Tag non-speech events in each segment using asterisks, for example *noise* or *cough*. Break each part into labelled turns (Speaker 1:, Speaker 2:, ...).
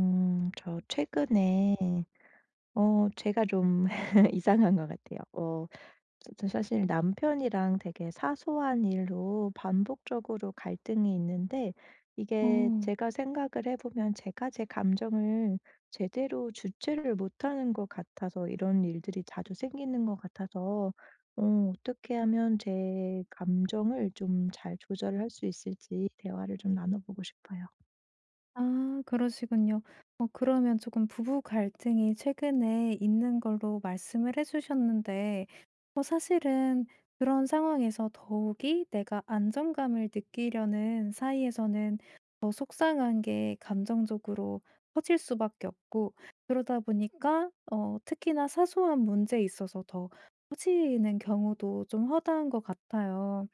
Speaker 1: 저 최근에 제가 좀 *laughs* 이상한 것 같아요. 저 사실 남편이랑 되게 사소한 일로 반복적으로 갈등이 있는데 이게
Speaker 2: 어.
Speaker 1: 제가 생각을 해 보면 제가 제 감정을 제대로 주체를 못하는 것 같아서 이런 일들이 자주 생기는 것 같아서 어떻게 하면 제 감정을 좀 잘 조절을 할 수 있을지 대화를 좀 나눠 보고 싶어요.
Speaker 2: 아, 그러시군요. 그러면 조금 부부 갈등이 최근에 있는 걸로 말씀을 해 주셨는데, 사실은 그런 상황에서 더욱이 내가 안정감을 느끼려는 사이에서는 더 속상한 게 감정적으로 커질 수밖에 없고, 그러다 보니까 특히나 사소한 문제에 있어서 더 커지는 경우도 좀 허다한 것 같아요.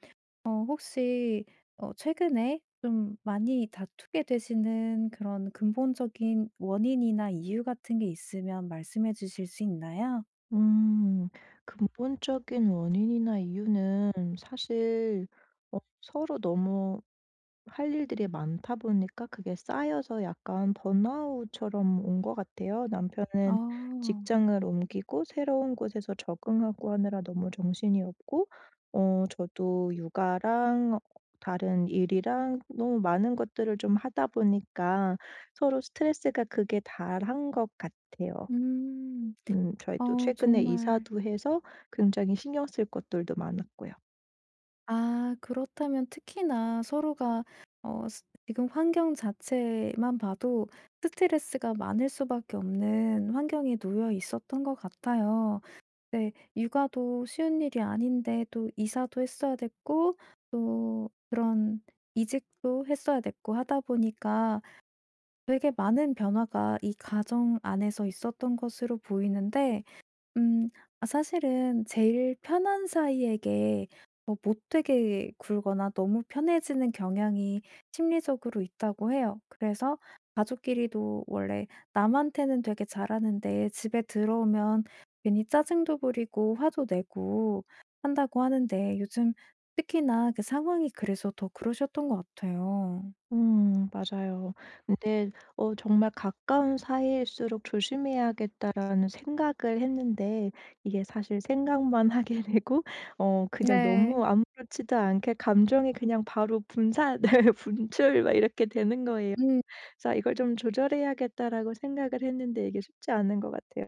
Speaker 2: 혹시 최근에 좀 많이 다투게 되시는 그런 근본적인 원인이나 이유 같은 게 있으면 말씀해 주실 수 있나요?
Speaker 1: 음. 근본적인 원인이나 이유는 사실 서로 너무 할 일들이 많다 보니까 그게 쌓여서 약간 번아웃처럼 온 것 같아요.
Speaker 2: 아.
Speaker 1: 남편은 직장을 옮기고 새로운 곳에서 적응하고 하느라 너무 정신이 없고 저도 육아랑 다른 일이랑 너무 많은 것들을 좀 하다 보니까 서로 스트레스가 그게 다한 것 같아요.
Speaker 2: 음.
Speaker 1: 저희 또
Speaker 2: 어,
Speaker 1: 최근에
Speaker 2: 정말.
Speaker 1: 이사도 해서 굉장히 신경 쓸 것들도 많았고요.
Speaker 2: 아, 그렇다면 특히나 서로가 어 스 지금 환경 자체만 봐도 스트레스가 많을 수밖에 없는 환경에 놓여 있었던 것 같아요. 네. 육아도 쉬운 일이 아닌데 또 이사도 했어야 됐고, 또 그런 이직도 했어야 됐고 하다 보니까, 되게 많은 변화가 이 가정 안에서 있었던 것으로 보이는데. 음. 아, 사실은 제일 편한 사이에게 뭐 못되게 굴거나 너무 편해지는 경향이 심리적으로 있다고 해요. 그래서 가족끼리도 원래 남한테는 되게 잘하는데 집에 들어오면 괜히 짜증도 부리고 화도 내고 한다고 하는데, 요즘 특히나 그 상황이 그래서 더 그러셨던 것 같아요.
Speaker 1: 음, 맞아요. 근데 정말 '가까운 사이일수록 조심해야겠다.'라는 생각을 했는데, 이게 사실 생각만 *laughs* 하게 되고 그냥
Speaker 2: 네.
Speaker 1: 너무 아무렇지도 않게 감정이 그냥 바로 분산 *laughs* 분출 막 이렇게 되는 거예요.
Speaker 2: 음.
Speaker 1: 그래서 '이걸 좀 조절해야겠다.'라고 생각을 했는데 이게 쉽지 않은 것 같아요.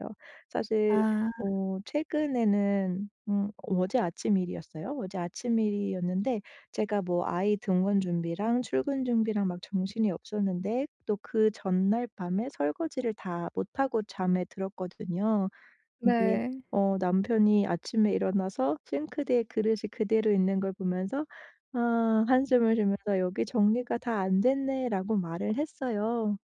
Speaker 1: 사실
Speaker 2: 아.
Speaker 1: 최근에는 어제 아침 일이었어요. 어제 아침 일이었는데, 제가 뭐 아이 등원 준비랑 출근 준비랑 막 정신이 없었는데 또 그 전날 밤에 설거지를 다 못하고 잠에 들었거든요. 근데
Speaker 2: 네.
Speaker 1: 남편이 아침에 일어나서 싱크대에 그릇이 그대로 있는 걸 보면서 아 한숨을 쉬면서 "여기 정리가 다 안 됐네."라고 말을 했어요.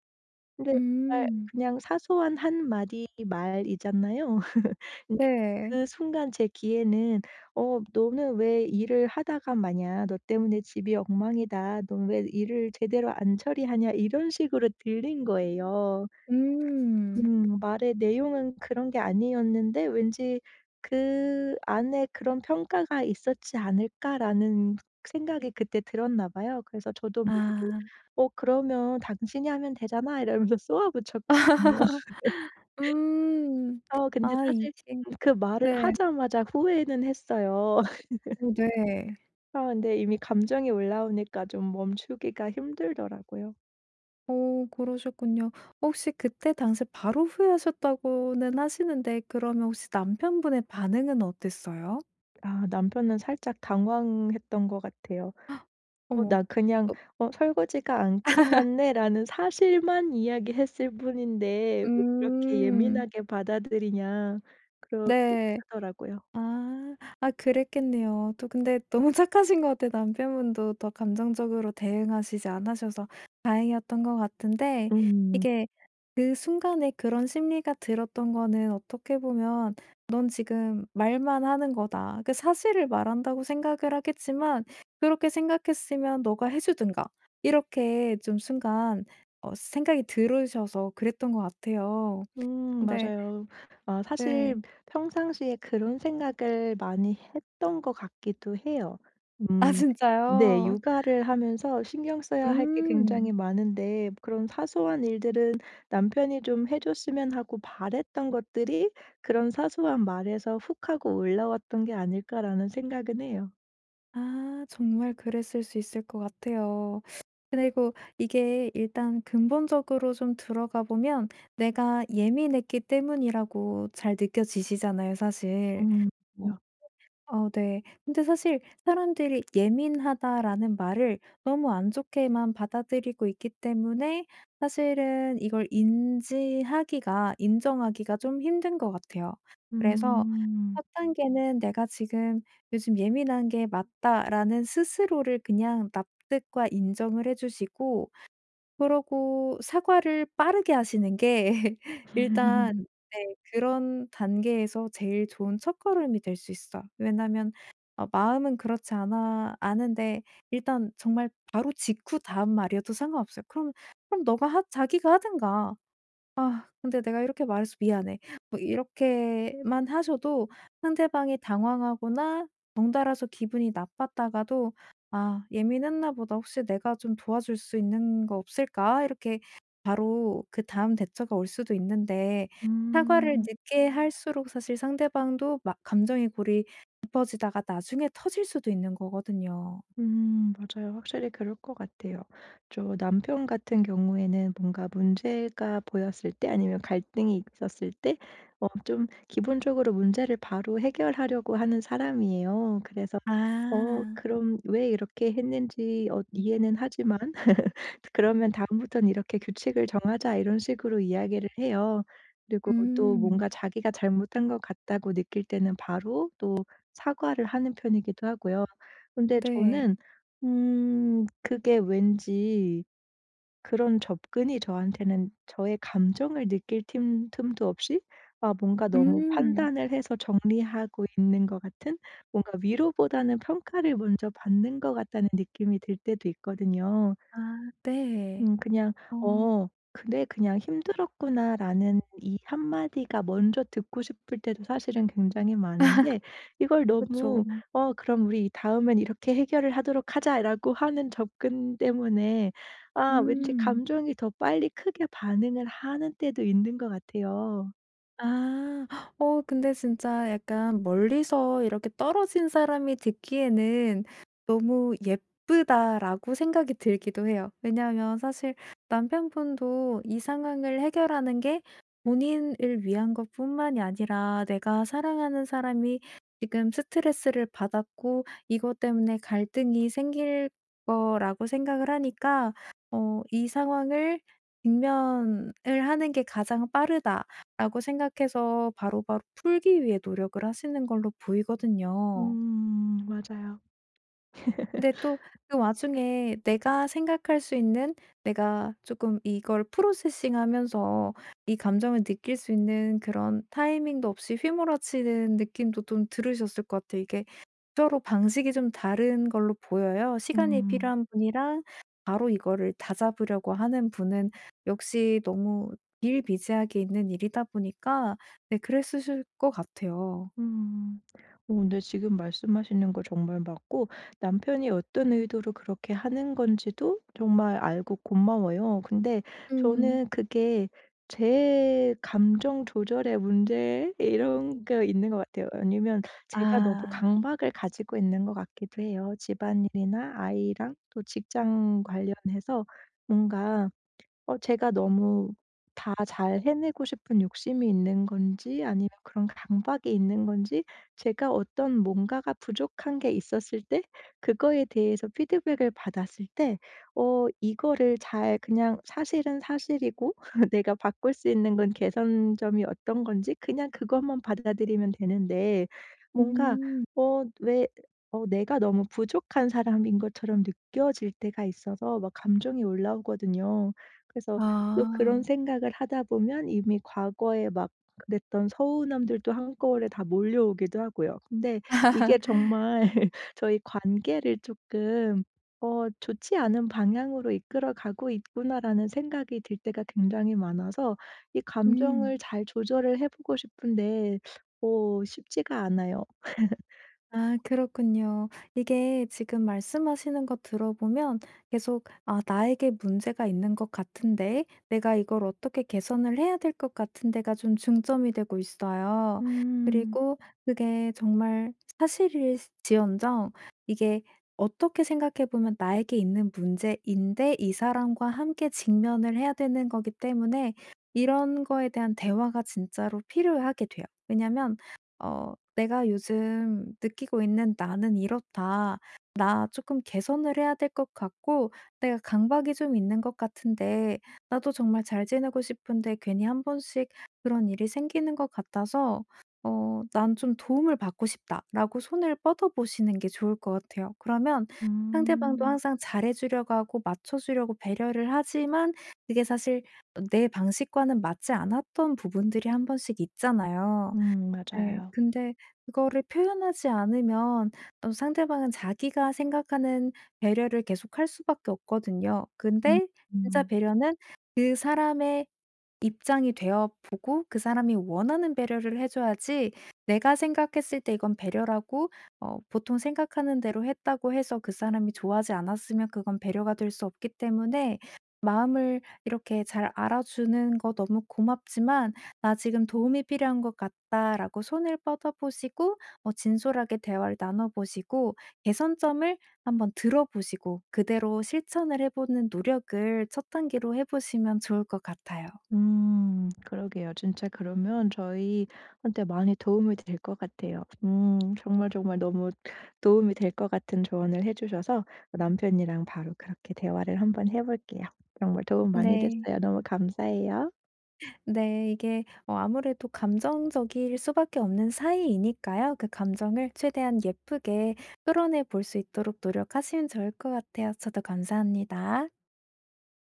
Speaker 1: 근데 정말
Speaker 2: 음.
Speaker 1: 그냥 사소한 한마디 말이잖아요. *laughs* 근데
Speaker 2: 네.
Speaker 1: 그 순간 제 귀에는 "어 너는 왜 일을 하다가 마냐. 너 때문에 집이 엉망이다. 넌 왜 일을 제대로 안 처리하냐." 이런 식으로 들린 거예요.
Speaker 2: 음.
Speaker 1: 말의 내용은 그런 게 아니었는데 왠지 '그 안에 그런 평가가 있었지 않을까.'라는 생각이 그때 들었나 봐요. 그래서 저도 모르게
Speaker 2: 아.
Speaker 1: '어 그러면 당신이 하면 되잖아.' 이러면서 쏘아붙였거든요. *laughs*
Speaker 2: 음.
Speaker 1: 근데
Speaker 2: 아,
Speaker 1: 사실
Speaker 2: 이게.
Speaker 1: 그 말을
Speaker 2: 네.
Speaker 1: 하자마자 후회는 했어요. *laughs*
Speaker 2: 어, 네.
Speaker 1: 아, 근데 이미 감정이 올라오니까 좀 멈추기가 힘들더라고요.
Speaker 2: 그러셨군요. 혹시 그때 당시에 바로 후회하셨다고는 하시는데, 그러면 혹시 남편분의 반응은 어땠어요?
Speaker 1: 아, 남편은 살짝 당황했던 것 같아요. 어,
Speaker 2: 어머.
Speaker 1: 나 그냥
Speaker 2: 어.
Speaker 1: "어 설거지가 안 끝났네."라는 사실만 이야기했을 뿐인데 왜 그렇게
Speaker 2: 음.
Speaker 1: 예민하게 받아들이냐, 그렇게
Speaker 2: 네.
Speaker 1: 하더라고요.
Speaker 2: 아. 아, 그랬겠네요. 또 근데 너무 *laughs* 착하신 것 같아요. 남편분도 더 감정적으로 대응하시지 않으셔서 다행이었던 것 같은데.
Speaker 1: 음.
Speaker 2: 이게 그 순간에 그런 심리가 들었던 거는 어떻게 보면 '넌 지금 말만 하는 거다.' 그 사실을 말한다고 생각을 하겠지만, 그렇게 생각했으면 너가 해 주든가, 이렇게 좀 순간 생각이 들으셔서 그랬던 것 같아요.
Speaker 1: 음,
Speaker 2: 근데.
Speaker 1: 맞아요. 사실
Speaker 2: 네.
Speaker 1: 평상시에 그런 생각을 많이 했던 것 같기도 해요.
Speaker 2: 아,
Speaker 1: 음. 네.
Speaker 2: 진짜요?
Speaker 1: 육아를 하면서 신경 써야 할 게 굉장히
Speaker 2: 음.
Speaker 1: 많은데, 그런 사소한 일들은 남편이 좀 해 줬으면 하고 바랬던 것들이 그런 사소한 말에서 훅 하고 올라왔던 게 아닐까라는 생각은 해요.
Speaker 2: 아, 정말 그랬을 수 있을 것 같아요. 그리고 이게 일단 근본적으로 좀 들어가 보면 내가 예민했기 때문이라고 잘 느껴지시잖아요, 사실.
Speaker 1: 음. 맞아요.
Speaker 2: 어, 네. 근데 사실 사람들이 "예민하다."라는 말을 너무 안 좋게만 받아들이고 있기 때문에, 사실은 이걸 인지하기가 인정하기가 좀 힘든 것 같아요. 그래서
Speaker 1: 음.
Speaker 2: 첫 단계는 '내가 지금 요즘 예민한 게 맞다.'라는 스스로를 그냥 납득과 인정을 해 주시고, 그러고 사과를 빠르게 하시는 게 *laughs* 일단,
Speaker 1: *laughs*
Speaker 2: 네, 그런 단계에서 제일 좋은 첫걸음이 될 수 있어요. 왜냐하면 마음은 그렇지 않아 아은데, 일단 정말 바로 직후 다음 말이어도 상관없어요. 그럼 너가 하 자기가 하든가. "아, 근데 내가 이렇게 말해서 미안해." 뭐 이렇게만 하셔도, 상대방이 당황하거나 덩달아서 기분이 나빴다가도 '아, 예민했나 보다. 혹시 내가 좀 도와줄 수 있는 거 없을까?' 이렇게 바로 그다음 대처가 올 수도 있는데, 사과를
Speaker 1: 음.
Speaker 2: 늦게 할수록 사실 상대방도 막 감정의 골이 깊어지다가 나중에 터질 수도 있는 거거든요.
Speaker 1: 음, 맞아요. 확실히 그럴 것 같아요. 저 남편 같은 경우에는 뭔가 문제가 보였을 때 아니면 갈등이 있었을 때 좀 기본적으로 문제를 바로 해결하려고 하는 사람이에요. 그래서
Speaker 2: 아.
Speaker 1: 그럼 왜 이렇게 했는지 이해는 하지만 *laughs* "그러면 다음부터는 이렇게 규칙을 정하자." 이런 식으로 이야기를 해요. 그리고
Speaker 2: 음.
Speaker 1: 또
Speaker 2: 음.
Speaker 1: 뭔가 자기가 잘못한 것 같다고 느낄 때는 바로 또 사과를 하는 편이기도 하고요. 근데
Speaker 2: 네.
Speaker 1: 저는 그게 왠지 그런 접근이 저한테는 저의 감정을 느낄 틈 틈도 없이 아 뭔가 너무
Speaker 2: 음.
Speaker 1: 판단을 해서 정리하고 있는 것 같은, 뭔가 위로보다는 평가를 먼저 받는 것 같다는 느낌이 들 때도 있거든요.
Speaker 2: 아. 네.
Speaker 1: 그냥
Speaker 2: 어.
Speaker 1: '어 그래 그냥 힘들었구나.'라는 이 한마디가 먼저 듣고 싶을 때도 사실은 굉장히 많은데, 이걸
Speaker 2: 그쵸.
Speaker 1: 너무 '어 그럼 우리 다음엔 이렇게 해결을 하도록 하자.'라고 하는 접근 때문에 아 왠지
Speaker 2: 음.
Speaker 1: 감정이 더 빨리 크게 반응을 하는 때도 있는 것 같아요.
Speaker 2: 아. 근데 진짜 약간 멀리서 이렇게 떨어진 사람이 듣기에는 너무 예쁘다라고 생각이 들기도 해요. 왜냐하면 사실 남편분도 이 상황을 해결하는 게 본인을 위한 것뿐만이 아니라, 내가 사랑하는 사람이 지금 스트레스를 받았고 이것 때문에 갈등이 생길 거라고 생각을 하니까, '이 상황을 직면을 하는 게 가장 빠르다.' 라고 생각해서 바로바로 풀기 위해 노력을 하시는 걸로 보이거든요.
Speaker 1: 음, 맞아요.
Speaker 2: 근데 또 그 와중에 내가 생각할 수 있는, 내가 조금 이걸 프로세싱하면서 이 감정을 느낄 수 있는 그런 타이밍도 없이 휘몰아치는 느낌도 좀 들으셨을 것 같아요. 이게 서로 방식이 좀 다른 걸로 보여요. 시간이
Speaker 1: 음.
Speaker 2: 필요한 분이랑 바로 이거를 다잡으려고 하는 분은, 역시 너무 비일비재하게 있는 일이다 보니까 네, 그랬으실 것 같아요.
Speaker 1: 음. 근데 지금 말씀하시는 거 정말 맞고, 남편이 어떤 의도로 그렇게 하는 건지도 정말 알고 고마워요. 근데
Speaker 2: 음.
Speaker 1: 저는 그게 제 감정 조절의 문제 *laughs* 이런 게 있는 것 같아요. 아니면 제가 너무
Speaker 2: 아.
Speaker 1: 강박을 가지고 있는 것 같기도 해요. 집안일이나 아이랑 또 직장 관련해서 뭔가 제가 너무 다 잘 해내고 싶은 욕심이 있는 건지 아니면 그런 강박이 있는 건지, 제가 어떤 뭔가가 부족한 게 있었을 때 그거에 대해서 피드백을 받았을 때 이거를 잘 그냥 사실은 사실이고 *laughs* 내가 바꿀 수 있는 건 개선점이 어떤 건지 그냥 그것만 받아들이면 되는데 뭔가
Speaker 2: 음.
Speaker 1: 어 왜 어 내가 너무 부족한 사람인 것처럼 느껴질 때가 있어서 막 감정이 올라오거든요. 그래서 또 그런
Speaker 2: 아.
Speaker 1: 생각을 하다 보면 이미 과거에 막 그랬던 서운함들도 한꺼번에 다 몰려오기도 하고요. 근데 이게 정말 *laughs* 저희 관계를 조금 '좋지 않은 방향으로 이끌어 가고 있구나.'라는 생각이 들 때가 굉장히 많아서 이
Speaker 2: 음.
Speaker 1: 감정을 잘 조절을 해 보고 싶은데 쉽지가 않아요.
Speaker 2: 아, 그렇군요. 이게 지금 말씀하시는 거 들어보면 계속 '아, 나에게 문제가 있는 것 같은데 내가 이걸 어떻게 개선을 해야 될 것 같은데.'가 좀 중점이 되고 있어요.
Speaker 1: 음.
Speaker 2: 그리고 그게 정말 사실일지언정, 이게 어떻게 생각해 보면 나에게 있는 문제인데 이 사람과 함께 직면을 해야 되는 거기 때문에, 이런 거에 대한 대화가 진짜로 필요하게 돼요. 왜냐면 '내가 요즘 느끼고 있는 나는 이렇다. 나 조금 개선을 해야 될 것 같고, 내가 강박이 좀 있는 것 같은데, 나도 정말 잘 지내고 싶은데 괜히 한 번씩 그런 일이 생기는 것 같아서 난 좀 도움을 받고 싶다.'라고 손을 뻗어 보시는 게 좋을 것 같아요. 그러면 상대방도
Speaker 1: 음.
Speaker 2: 항상 잘해 주려고 하고 맞춰 주려고 배려를 하지만, 그게 사실 내 방식과는 맞지 않았던 부분들이 한 번씩 있잖아요.
Speaker 1: 음,
Speaker 2: 네.
Speaker 1: 맞아요.
Speaker 2: 근데 그거를 표현하지 않으면 상대방은 자기가 생각하는 배려를 계속할 수밖에 없거든요.
Speaker 1: 음.
Speaker 2: 근데 진짜
Speaker 1: 음.
Speaker 2: 배려는 그 사람의 입장이 되어 보고 그 사람이 원하는 배려를 해 줘야지, 내가 생각했을 때 이건 배려라고 보통 생각하는 대로 했다고 해서 그 사람이 좋아하지 않았으면 그건 배려가 될 수 없기 때문에, 마음을 이렇게 잘 알아주는 거 너무 고맙지만 "나 지금 도움이 필요한 것 같다."라고 손을 뻗어 보시고, 진솔하게 대화를 나눠 보시고 개선점을 한번 들어 보시고 그대로 실천을 해 보는 노력을 첫 단계로 해 보시면 좋을 것 같아요.
Speaker 1: 그러게요. 진짜 그러면 저희한테 많이 도움이 될 것 같아요. 정말, 정말 너무 도움이 될 것 같은 조언을 해 주셔서 남편이랑 바로 그렇게 대화를 한번 해 볼게요. 정말 도움 많이
Speaker 2: 네.
Speaker 1: 됐어요. 너무 감사해요.
Speaker 2: 네. 이게 아무래도 감정적일 수밖에 없는 사이이니까요. 그 감정을 최대한 예쁘게 끌어내 볼 수 있도록 노력하시면 좋을 것 같아요. 저도 감사합니다.